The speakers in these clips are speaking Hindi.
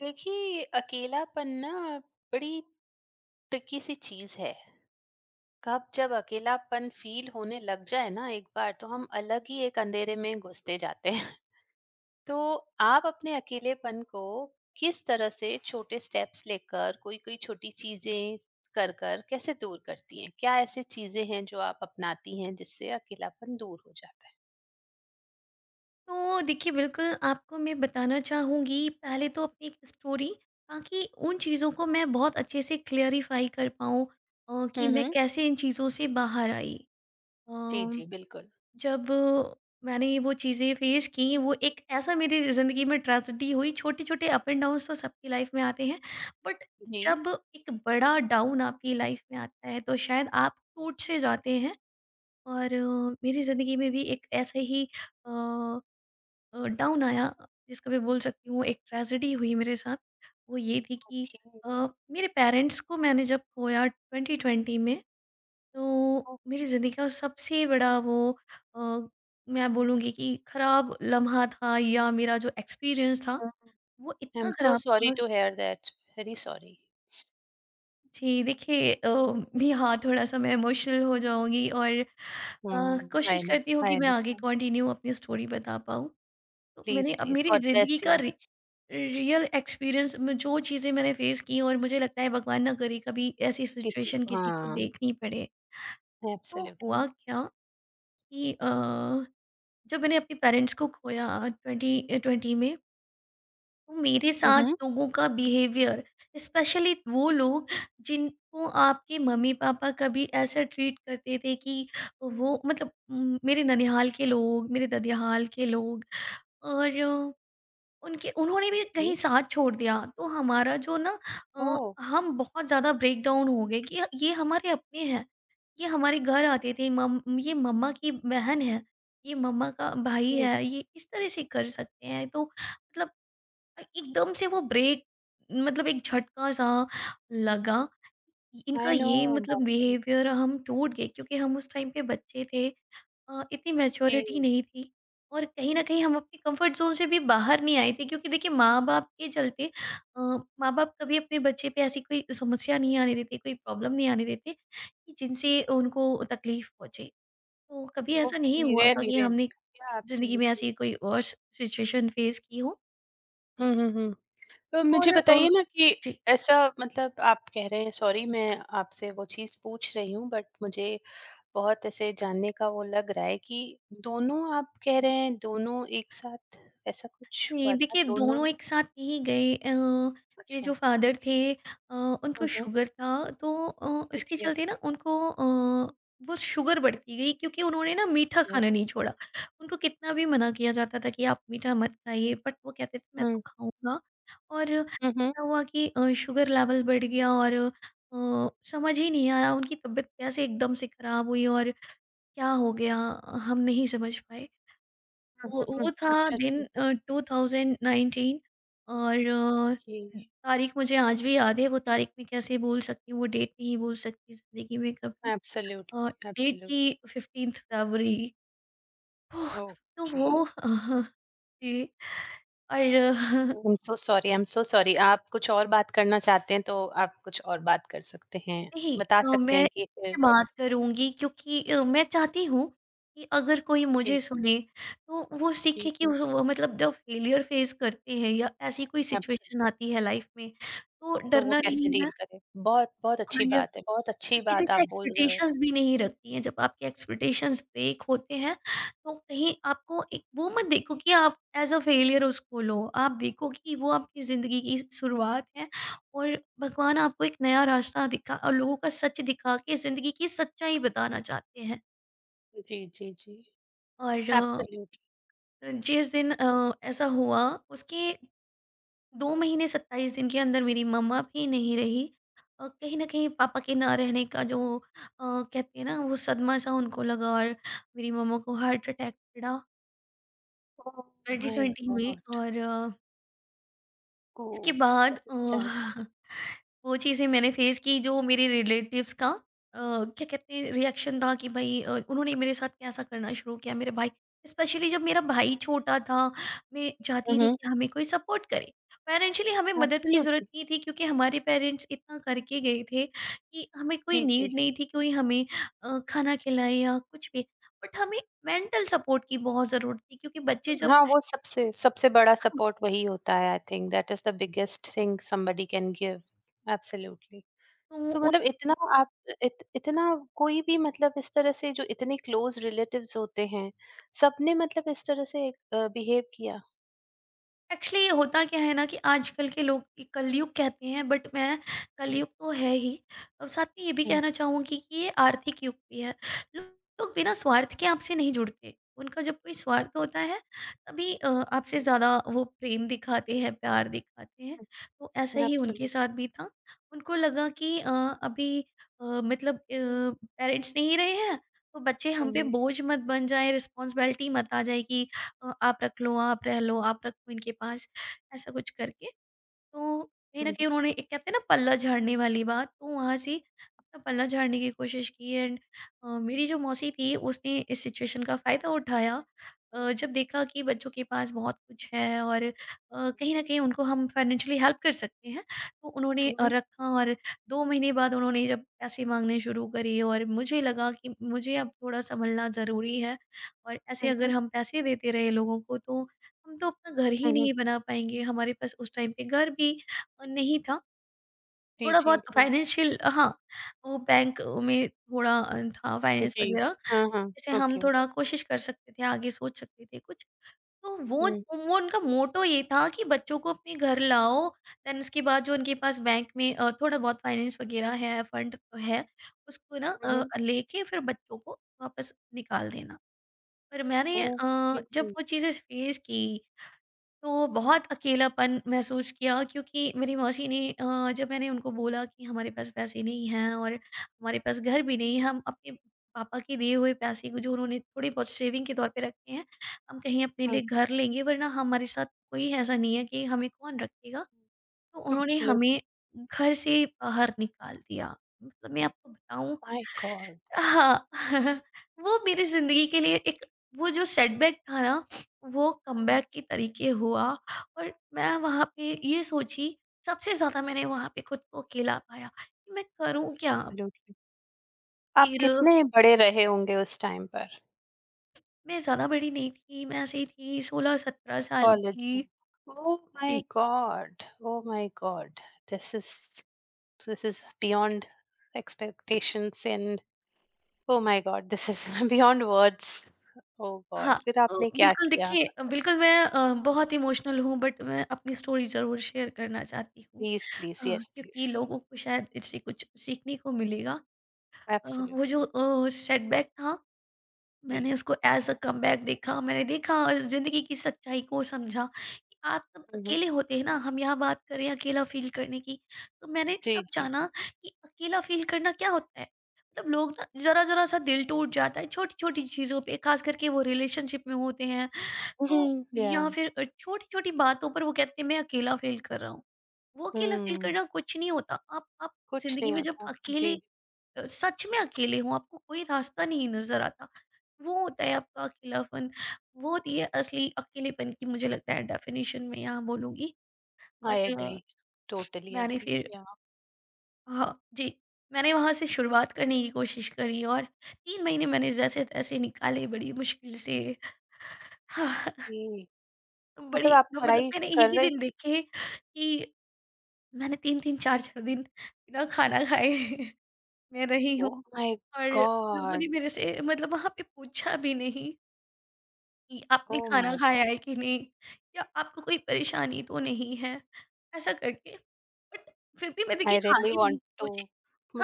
देखिए, अकेलापन ना बड़ी ट्रिकी सी चीज है। कब जब अकेलापन फील होने लग जाए ना, एक बार तो हम अलग ही एक अंधेरे में घुसते जाते हैं। तो आप अपने अकेलेपन को किस तरह से, छोटे स्टेप्स लेकर, कोई कोई छोटी चीजें कर कर कैसे दूर करती हैं? क्या ऐसी चीजें हैं जो आप अपनाती हैं जिससे अकेलापन दूर हो जाता है? तो देखिए, बिल्कुल आपको मैं बताना चाहूँगी पहले तो अपनी एक स्टोरी, ताकि उन चीज़ों को मैं बहुत अच्छे से क्लियरिफ़ाई कर पाऊँ, कि हम्म, मैं हम्म। कैसे इन चीज़ों से बाहर आई। अ, जी जी, बिल्कुल। जब मैंने ये वो चीज़ें फ़ेस की, वो एक ऐसा मेरी ज़िंदगी में ट्रेजेडी हुई। छोटे-छोटे अप एंड डाउन्स तो सबकी लाइफ़ में आते हैं। बट जी। जब एक बड़ा डाउन आपकी लाइफ़ में आता है, तो शायद आप टूट से जाते हैं। और मेरी ज़िंदगी में भी एक ऐसा ही अ डाउन आया, जिसको मैं बोल सकती हूँ एक ट्रेजेडी हुई मेरे साथ। वो ये थी कि ओके। अ, मेरे पेरेंट्स को मैंने जब खोया 2020 में, तो मेरी ओके। ज़िंदगी का सबसे बड़ा वो, अ, मैं बोलूँगी कि ख़राब लम्हा था, या मेरा जो एक्सपीरियंस था हम्म। वो आई इतना एम सो ख़राब सॉरी था। To hear that. Very sorry. जी, देखिए, यहाँ थोड़ा-सा मैं इमोशनल हो जाऊँगी, और Mm, कोशिश I know. करती हूँ I कि मैं आगे understand. कंटिन्यू अपनी स्टोरी बता पाऊँ। तो मैंने Please, अब please. मेरी God bless ज़िंदगी का you. रि रियल एक्सपीरियंस में जो चीज़ें मैंने फेस की, और मुझे लगता है भगवान ना करे कभी ऐसी Kiss you। सिचुएशन किसी को हाँ, देखनी पड़े। तो एब्सोल्युटली। हुआ क्या कि जब मैंने अपने पेरेंट्स को खोया 20 20 में, तो मेरे हुँ, साथ हुँ। लोगों का बिहेवियर, स्पेशली वो लोग जिनको आपके मम्मी-पापा कभी ऐसा ट्रीट करते थे कि वो, मतलब मेरे ननिहाल के लोग, मेरे ददियाल के लोग, और उनके उन्होंने भी कहीं साथ छोड़ दिया, तो हमारा जो ना, अ, ओह! हम बहुत ज़्यादा ब्रेकडाउन हो गए कि ये हमारे अपने हैं, ये हमारे घर आते थे। मम ये मम्मा की बहन है, ये मम्मा का भाई जी, है, ये इस तरह से कर सकते हैं तो मतलब एकदम से वो ब्रेक, मतलब एक झटका सा लगा इनका आई नो। ये मतलब बाप रे! बिहेवियर, हम टूट गए क्योंकि हम उस टाइम पे बच्चे थे, इतनी मैच्योरिटी जी। नहीं थी। और कहीं न कहीं हम अपने कंफर्ट ज़ोन से भी बाहर नहीं आए थे क्योंकि देखिए माँ-बाप के चलते, अ, माँ-बाप कभी अपने बच्चे पे ऐसी कोई समस्या नहीं आने देते, कोई प्रॉब्लम नहीं आने देते कि जिनसे उनको तकलीफ़ पहुँचे। तो कभी ऐसा नहीं ओके, हुआ था रियली कि हमने रियली। या, ज़िंदगी में एब्सोल्युटली। ऐसी कोई वर्स्ट सिचुएशन फेस की हो। हुँ, हुँ, हुँ। तो मुझे और बताइए ना कि जी। ऐसा, मतलब आप कह रहे हैं। सॉरी, मैं आपसे वो चीज़ पूछ रही हूँ बट मुझे बहुत ऐसे जानने का वो लग रहा है कि दोनों, आप कह रहे हैं दोनों एक साथ ऐसा कुछ जी, हुआ था? देखिए, दोनों? दोनों एक साथ नहीं गए। मेरे अच्छा। जो फ़ादर थे, ओके। उनको हुँ, हुँ। ओके, शुगर था। तो इसके ओके। चलते ना उनको, वो शुगर बढ़ती गई क्योंकि उन्होंने ना मीठा हम्म, खाना नहीं छोड़ा। उनको कितना भी मना किया जाता था कि आप मीठा मत खाइए, बट वो कहते थे मैं तो हम्म, खाऊँगा। और हम्म, ऐसा हुआ कि शुगर लेवल बढ़ गया और समझ ही नहीं आया उनकी तबीयत कैसे एकदम से ख़राब हुई, और क्या हो गया हम नहीं समझ पाए। वो हम्म, वो था अच्छा अच्छा दिन, 2019। और कि तारीख मुझे आज भी याद है, वो तारीख मैं कैसे भूल सकती हूँ, वो डेट नहीं भूल सकती ज़िंदगी में कभी। Uh, absolutely date absolutely. थी 15 फरवरी। तो तो ओके। वो जी, और I'm so sorry, I'm so sorry. आप कुछ और बात करना चाहते हैं तो आप कुछ और बात कर सकते हैं, नहीं, बता सकते मैं हैं इस कि फिर। पे बात करूँगी क्योंकि मैं चाहती हूँ कि अगर कोई मुझे ठीक, सुने तो वो सीखे ठीक। कि उस वो, मतलब जब फेलियर फेस करते हैं या ऐसी कोई सिचुएशन एब्सोल्यूटली। आती है लाइफ में, तो तो वो डरना नहीं कैसे डील करे, बहुत बहुत अच्छी है। बात है, बहुत तो अच्छी किसी बात से आप बोल रहे हो। एक्सपेक्टेशंस भी नहीं रखती हैं। जब आपके एक्सपेक्टेशंस ब्रेक होते हैं, तो कहीं आपको एक वो मत देखो कि आप एज़ अ फेलियर उसको लो। आप देखो कि वो आपकी ज़िंदगी की शुरुआत है, और भगवान आपको एक नया रास्ता दिखा और लोगों का सच दिखा के ज़िंदगी की सच्चाई बताना चाहते हैं। जी, जी। और जिस दिन ऐसा हुआ उसके 2 महीने 27 दिन के अंदर मेरी मम्मा भी नहीं रही। कहीं न कहीं पापा के ना रहने का जो, कहते हैं ना, वो सदमा सा उनको लगा, और मेरी मम्मा को हार्ट अटैक पड़ा 2020 में। और इसके बाद वो चीज़ें मैंने फेस की जो मेरे रिलेटिव्स का, क्या कहते हैं, रिएक्शन था कि भाई, उन्होंने मेरे साथ कैसा करना शुरू किया, मेरे भाई, स्पेशली जब मेरा भाई छोटा था। मैं चाहती थी कि हमें कोई सपोर्ट करे, फाइनेंशियली हमें मदद की ज़रूरत नहीं थी क्योंकि हमारे पेरेंट्स इतना करके गए थे कि हमें कोई नीड � नहीं थी कोई हमें खाना खिलाए या कुछ भी। बट हमें मेंटल सपोर्ट की बहुत ज़रूरत थी क्योंकि बच्चे जब, हाँ, वो सबसे सबसे बड़ा हाँ, सपोर्ट वही होता है। I think that is the biggest thing somebody can give. Absolutely. तो तो मतलब इतना आप, इत इतना कोई भी, मतलब इस तरह से, जो इतने क्लोज़ रिलेटिव्स होते हैं, सबने मतलब इस तरह से बिहेव किया? एक्चुअली होता क्या है ना कि आजकल के लोग ये कलयुग कहते हैं, बट मैं, हुँ, कलयुग तो है ही, और साथ में ये भी हुँ, कहना चाहूंगी कि ये आर्थिक युग भी है। लो- लोग बिना स्वार्थ के आपसे नहीं जुड़ते, उनका जब कोई स्वार्थ होता है तभी आपसे ज़्यादा वो प्रेम दिखाते हैं, प्यार दिखाते हैं। तो ऐसा हुँ, ही उनके एब्सोल्यूट। साथ भी था। उनको लगा कि अभी, मतलब पेरेंट्स नहीं रहे हैं, तो बच्चे हुँ, हम पे हुँ, बोझ मत बन जाए, रिस्पॉन्सिबिलिटी मत आ जाए कि आप रख लो, आप रह लो, आप रखो इनके पास, ऐसा कुछ करके। तो कहीं हुँ, न कहीं हुँ, उन्होंने एक, कहते हैं ना, पल्ला झाड़ने वाली बात, तो वहाँ से अपना पल्ला झाड़ने की कोशिश की। एंड मेरी जो मौसी थी, उसने इस सिचुएशन का फ़ायदा उठाया। जब देखा कि बच्चों के पास बहुत कुछ है, और कहीं न कहीं उनको हम फाइनेंशियली हेल्प कर सकते हैं, तो उन्होंने हुँ, रखा, और 2 महीने बाद उन्होंने जब पैसे माँगने शुरू करे, और मुझे लगा कि मुझे अब थोड़ा सँभलना ज़रूरी है, और ऐसे हुँ, अगर हुँ, हम पैसे देते रहे लोगों को तो हम तो अपना घर ही हुँ, हुँ। नहीं बना पाएँगे। हमारे पास उस टाइम पे घर भी नहीं था। जी, जी, थोड़ा-बहुत जी। फाइनेंशियल, हाँ, वो बैंक में थोड़ा था फाइनेंस जी। वगैरह, हाँ, हाँ। जैसे हम ओके। थोड़ा कोशिश कर सकते थे, आगे सोच सकते थे कुछ। तो हुँ, वो उनका मोटो ये था कि बच्चों को अपने घर लाओ, देन उसके बाद जो उनके पास बैंक में थोड़ा-बहुत फाइनेंस वगैरह है, फंड है, उसको ना हुँ, हुँ, लेके फिर बच्चों को वापस निकाल देना। पर मैंने ओके। जब वो चीज़ें फ़ेस की तो बहुत अकेलापन महसूस किया क्योंकि मेरी मौसी ने, जब मैंने उनको बोला कि हमारे पास पैसे नहीं हैं और हमारे पास घर भी नहीं है, हम अपने पापा के दिए हुए पैसे को जो उन्होंने थोड़े बहुत सेविंग के तौर पे रखे हैं, हम कहीं अपने हाँ, लिए घर लेंगे, वरना हमारे साथ कोई ऐसा नहीं है कि हमें कौन रखेगा, तो उन्होंने एब्सोल्युटली। हमें घर से बाहर निकाल दिया। मतलब मैं आपको बताऊं, माय गॉड! हाँ, वो मेरी ज़िंदगी के लिए एक, वो जो सेटबैक था ना, वो कमबैक के तरीके हुआ। और मैं वहाँ पे ये सोची, सबसे ज़्यादा मैंने वहाँ पे खुद को अकेला पाया कि मैं करूँ क्या? आप फिर कितने बड़े रहे होंगे उस टाइम पर? मैं ज़्यादा बड़ी नहीं थी, मैं ऐसे ही थी 16-17 साल कॉलेज में? की। ओह माय जी, God! Oh my God! This is beyond expectations and oh my God! This is beyond words. Oh God! हाँ, फिर आपने तो क्या बिल्कुल किया? देखिए, बिल्कुल मैं, बहुत इमोशनल हूँ, बट मैं अपनी स्टोरी ज़रूर शेयर करना चाहती हूँ, प्लीज़, अ, प्लीज़, येस क्योंकि प्लीज़। लोगों को शायद इससे कुछ सीखने को मिलेगा। वो एब्सोल्युटली। जो सेटबैक था, जी। मैंने उसको एज़ अ कमबैक देखा। मैंने देखा, ज़िंदगी की सच्चाई को समझा कि आप सब हुँ, हुँ। अकेले होते हैं ना, हम यहाँ बात कर रहे हैं अकेला फ़ील करने की। तो मैंने जी, तब जी। जाना कि अकेला फ़ील करना क्या होता है? मतलब लोग ना ज़रा-ज़रा सा दिल टूट जाता है छोटी-छोटी चीज़ों पे, ख़ास करके वो रिलेशनशिप में होते हैं तो, हुँ, या, या फिर छोटी-छोटी बातों पर वो कहते हैं मैं अकेला फ़ील कर रहा हूँ। वो अकेला फ़ील हुँ, करना कुछ नहीं होता। आप कुछ ज़िंदगी नहीं में जब होता। अकेले, जी। सच में अकेले हों, आपको कोई रास्ता नहीं नज़र आता। वो होता है आपका अकेलापन, वो होती है असली अकेलेपन की, मुझे लगता है डेफ़िनेशन मैं यहाँ बोलूँगी। और आई अ, एग्री, टोटली मैंने एग्री। फिर, या, हाँ, जी। मैंने वहाँ से शुरुआत करने की कोशिश करी, और 3 महीने मैंने जैसे-तैसे निकाले बड़ी मुश्किल से। हाँ, ये बड़ी, मतलब आप हाँ, मतलब पढ़ाई मैंने ये कर भी रहे दिन थे? देखे कि मैंने 3-3, 4-4 दिन बिना खाना खाए मैं रही हूँ। ओह माय और लोगों गॉड! ने मेरे से, मतलब वहाँ पे पूछा भी नहीं कि आपने ओह खाना, हाँ, माय गॉड! खाया है कि नहीं, या आपको कोई परेशानी तो नहीं है, ऐसा करके। बट फिर भी मैं देखिए आई रियली हारी नहीं, वांट टू, मुझे,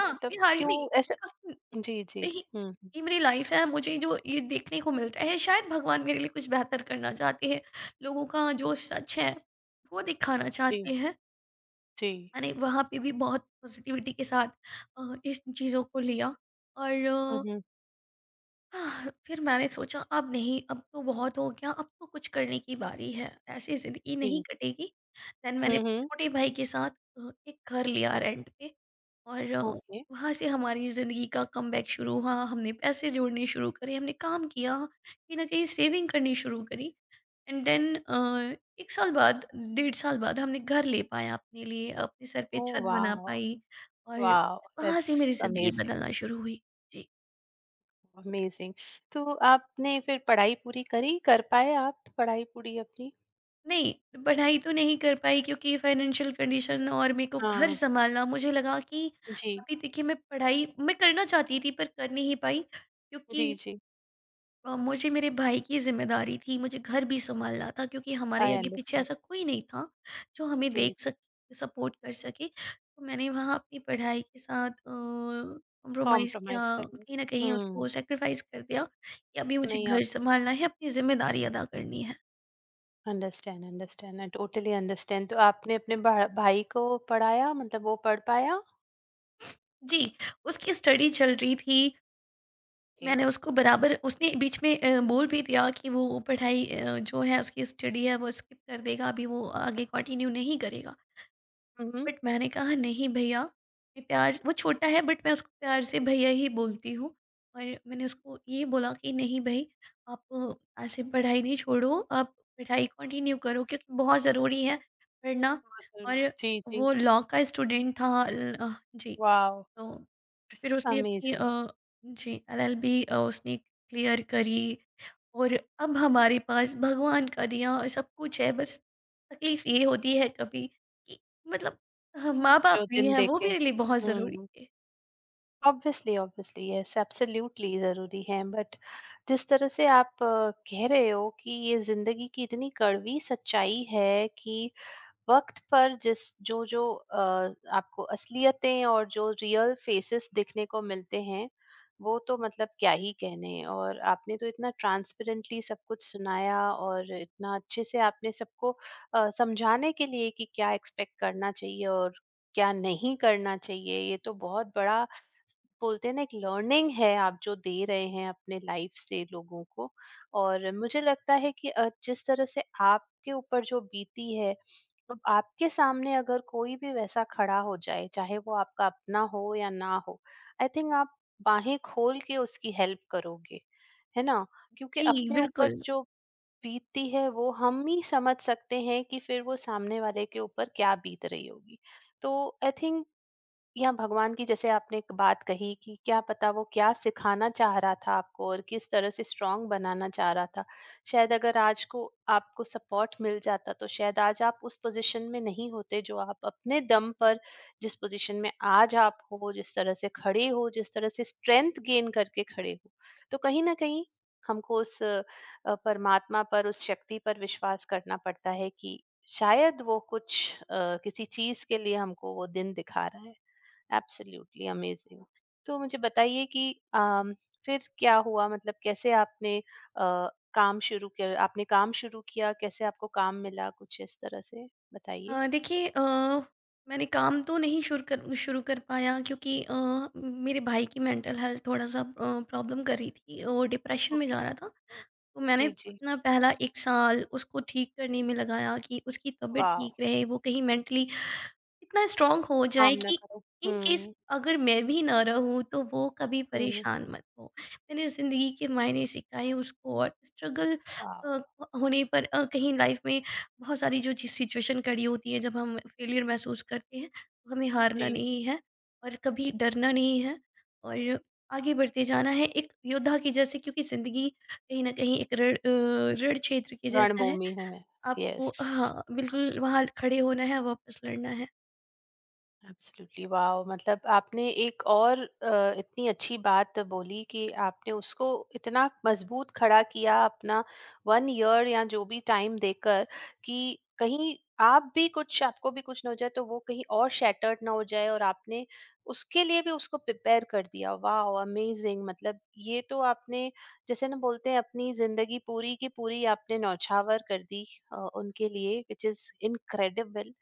हाँ, मैं हारी क्यों नहीं। ऐसे। काफी, जी, जी। नहीं, हुँ, हुँ। ये मेरी लाइफ है, मुझे जो ये देखने को मिल रहा है, शायद भगवान मेरे लिए कुछ बेहतर करना चाहते हैं। लोगों का जो सच है, वो दिखाना जी, चाहते हैं। जी। मैंने वहाँ पे भी बहुत पॉज़िटिविटी के साथ इस चीज़ों को लिया। और हुँ, हुँ। हाँ, फिर मैंने सोचा अब नहीं, अब तो बहुत हो गया, अब तो कुछ करने की बारी है, ऐसे जिंदगी नहीं जी। कटेगी। देन मैंने हुँ, अपने हुँ। छोटे भाई के साथ एक घर लिया रेंट पे, और ओके। वहाँ से हमारी जिंदगी का कमबैक शुरू हुआ। हमने पैसे जोड़ने शुरू करे, हमने काम किया, कहीं ना कहीं सेविंग करनी शुरू करी। एंड देन एक साल बाद, डेढ़ साल बाद हमने घर ले पाया अपने लिए, अपने सर पे ओह छत बना वाओ! पाई। और वाओ! वहाँ से दैट्स मेरी जिंदगी अमेज़िंग। बदलना शुरू हुई। जी। अमेज़िंग। तो आपने फिर पढ़ाई पूरी करी? कर पाए आप पढ़ाई पूरी अपनी? नहीं, पढ़ाई तो नहीं कर पाई क्योंकि फाइनेंशियल कंडीशन, और मेरे को घर हाँ। सँभालना, मुझे लगा कि जी। अभी देखिए मैं पढ़ाई मैं करना चाहती थी पर कर नहीं पाई क्योंकि जी, जी। मुझे मेरे भाई की ज़िम्मेदारी थी, मुझे घर भी सँभालना था क्योंकि हमारे आई आगे-पीछे अंडरस्टैंड। ऐसा कोई नहीं था जो हमें जी, देख जी। सके, सपोर्ट कर सके। तो मैंने वहाँ अपनी पढ़ाई के साथ कॉम्प्रोमाइज़ किया, कॉम्प्रोमाइज़ कर कहीं न लिया। कहीं हुँ। उसको सैक्रिफ़ाइस कर दिया कि अभी मुझे नहीं, घर आपसे सँभालना है, अपनी ज़िम्मेदारी अदा करनी है। Understand, understand, I totally understand. तो आपने अपने भा भाई को पढ़ाया, मतलब वो पढ़ पाया? जी, उसकी स्टडी चल रही थी। जी। मैंने उसको बराबर, उसने बीच में बोल भी दिया कि वो पढ़ाई, जो है उसकी स्टडी है, वो स्किप कर देगा, अभी वो आगे कंटिन्यू नहीं करेगा। हुँ, हुँ। बट मैंने कहा नहीं भैया, मैं प्यार, वो छोटा है बट मैं उसको प्यार से भैया ही बोलती हूँ। और मैंने उसको ये बोला कि नहीं भई, आप ऐसे पढ़ाई नहीं छोड़ो, आप पढ़ाई कंटिन्यू करो क्योंकि बहुत ज़रूरी है पढ़ना। और जी, जी। वो लॉ का स्टूडेंट था। जी। वाओ! तो फिर उसने अपनी अमेज़िंग। जी एलएलबी उसने क्लियर करी। और अब हमारे पास भगवान का दिया और सब कुछ है, बस तकलीफ ये होती है कभी कि, मतलब माँ बाप जो नहीं दिन है, वो देखे। मेरे लिए बहुत ज़रूरी हुँ। थे। ऑब्वियसली, ऑब्वियसली, यस, एब्सोल्यूटली ज़रूरी है। बट जिस तरह से आप कह रहे हो कि ये ज़िंदगी की इतनी कड़वी सच्चाई है कि वक्त पर, जिस, जो जो अ, आपको असलियतें और जो रियल फेसेस दिखने को मिलते हैं वो तो मतलब क्या ही कहने। और आपने तो इतना ट्रांसपेरेंटली सब कुछ सुनाया और इतना अच्छे से आपने सबको समझाने के लिए कि क्या एक्सपेक्ट करना चाहिए और क्या नहीं करना चाहिए। ये तो बहुत बड़ा, बोलते हैं ना, एक लर्निंग है आप जो दे रहे हैं अपने लाइफ से लोगों को। और मुझे लगता है कि जिस तरह से आपके ऊपर जो बीती है, अब आपके सामने अगर कोई भी वैसा खड़ा हो जाए, चाहे वो आपका अपना हो या ना हो, आई थिंक आप बाहें खोल के उसकी हेल्प करोगे, है ना? क्योंकि जी, अपने ऊपर बिल्कुल। जो बीतती है वो हम ही समझ सकते हैं कि फिर वो सामने वाले के ऊपर क्या बीत रही होगी। तो आई थिंक, या भगवान की, जैसे आपने एक बात कही कि क्या पता वो क्या सिखाना चाह रहा था आपको और किस तरह से स्ट्रांग बनाना चाह रहा था। शायद अगर आज को आपको सपोर्ट मिल जाता तो शायद आज आप उस पोजीशन में नहीं होते जो आप अपने दम पर, जिस पोजीशन में आज आप हो, जिस तरह से खड़े हो, जिस तरह से स्ट्रेंथ गेन करके खड़े हो। तो कहीं ना कहीं हमको उस परमात्मा पर, उस शक्ति पर विश्वास करना पड़ता है कि शायद वो कुछ किसी चीज के लिए हमको वो दिन दिखा रहा है। Absolutely amazing. तो मुझे बताइए कि फिर क्या हुआ, मतलब कैसे आपने काम शुरू किया? आपने काम शुरू किया कैसे? आपको काम मिला कुछ इस तरह से, बताइए। देखिए, मैंने काम तो नहीं शुरू कर पाया क्योंकि मेरे भाई की मेंटल हेल्थ थोड़ा-सा प्रॉब्लम कर रही थी, वो डिप्रेशन में जा ओके। रहा था। तो मैंने जी, जी। अपना पहला 1 साल उसको ठीक करने में लगाया कि उसकी तबीयत वाह। ठीक रहे, वो कहीं मेंटली इतना स्ट्रांग हो जाए काम ना कि करो। इन केस हम्म, अगर मैं भी ना रहूँ तो वो कभी हम्म। परेशान मत हो। मैंने ज़िंदगी के मायने सिखाए उसको, और स्ट्रगल वाह। होने पर कहीं लाइफ में बहुत सारी जो चीज़ सिचुएशन खड़ी होती है, जब हम फेलियर महसूस करते हैं, तो हमें हारना जी। नहीं है, और कभी डरना नहीं है, और आगे बढ़ते जाना है एक योद्धा की जैसे, क्योंकि ज़िंदगी कहीं ना कहीं एक रण क्षेत्र के जैसा है। रणभूमि है। यस, आपको, हाँ, बिल्कुल वहाँ खड़े होना है, वापस लड़ना है। एब्सोल्युटली। वाओ! मतलब आपने एक और इतनी अच्छी बात बोली कि आपने उसको इतना मजबूत खड़ा किया अपना 1 ईयर या जो भी टाइम देकर, कि कहीं आप भी कुछ, आपको भी कुछ ना हो जाए तो वो कहीं और शैटर्ड ना हो जाए, और आपने उसके लिए भी उसको प्रिपेयर कर दिया। वाओ! अमेजिंग। मतलब ये तो आपने, जैसे ना बोलते हैं, अपनी ज़िंदगी पूरी की पूरी आपने न्यौछावर कर दी अ, उनके लिए, which is incredible.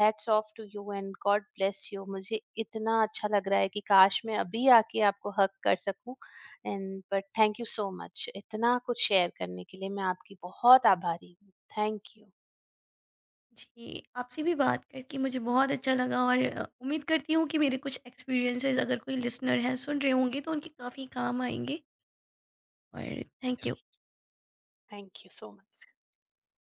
Hats off to you and God bless you. मुझे इतना अच्छा लग रहा है कि काश मैं अभी आके आपको हक कर सकूं। And but thank you so much, इतना कुछ शेयर करने के लिए। मैं आपकी बहुत आभारी हूँ। Thank you. जी, आपसे भी बात करके मुझे बहुत अच्छा लगा, और उम्मीद करती हूँ कि मेरे कुछ एक्सपीरियंसेस, अगर कोई लिसनर हैं सुन रहे होंगे, तो उनके काफ़ी काम आएँगे, और thank you. Absolutely. Thank you so much.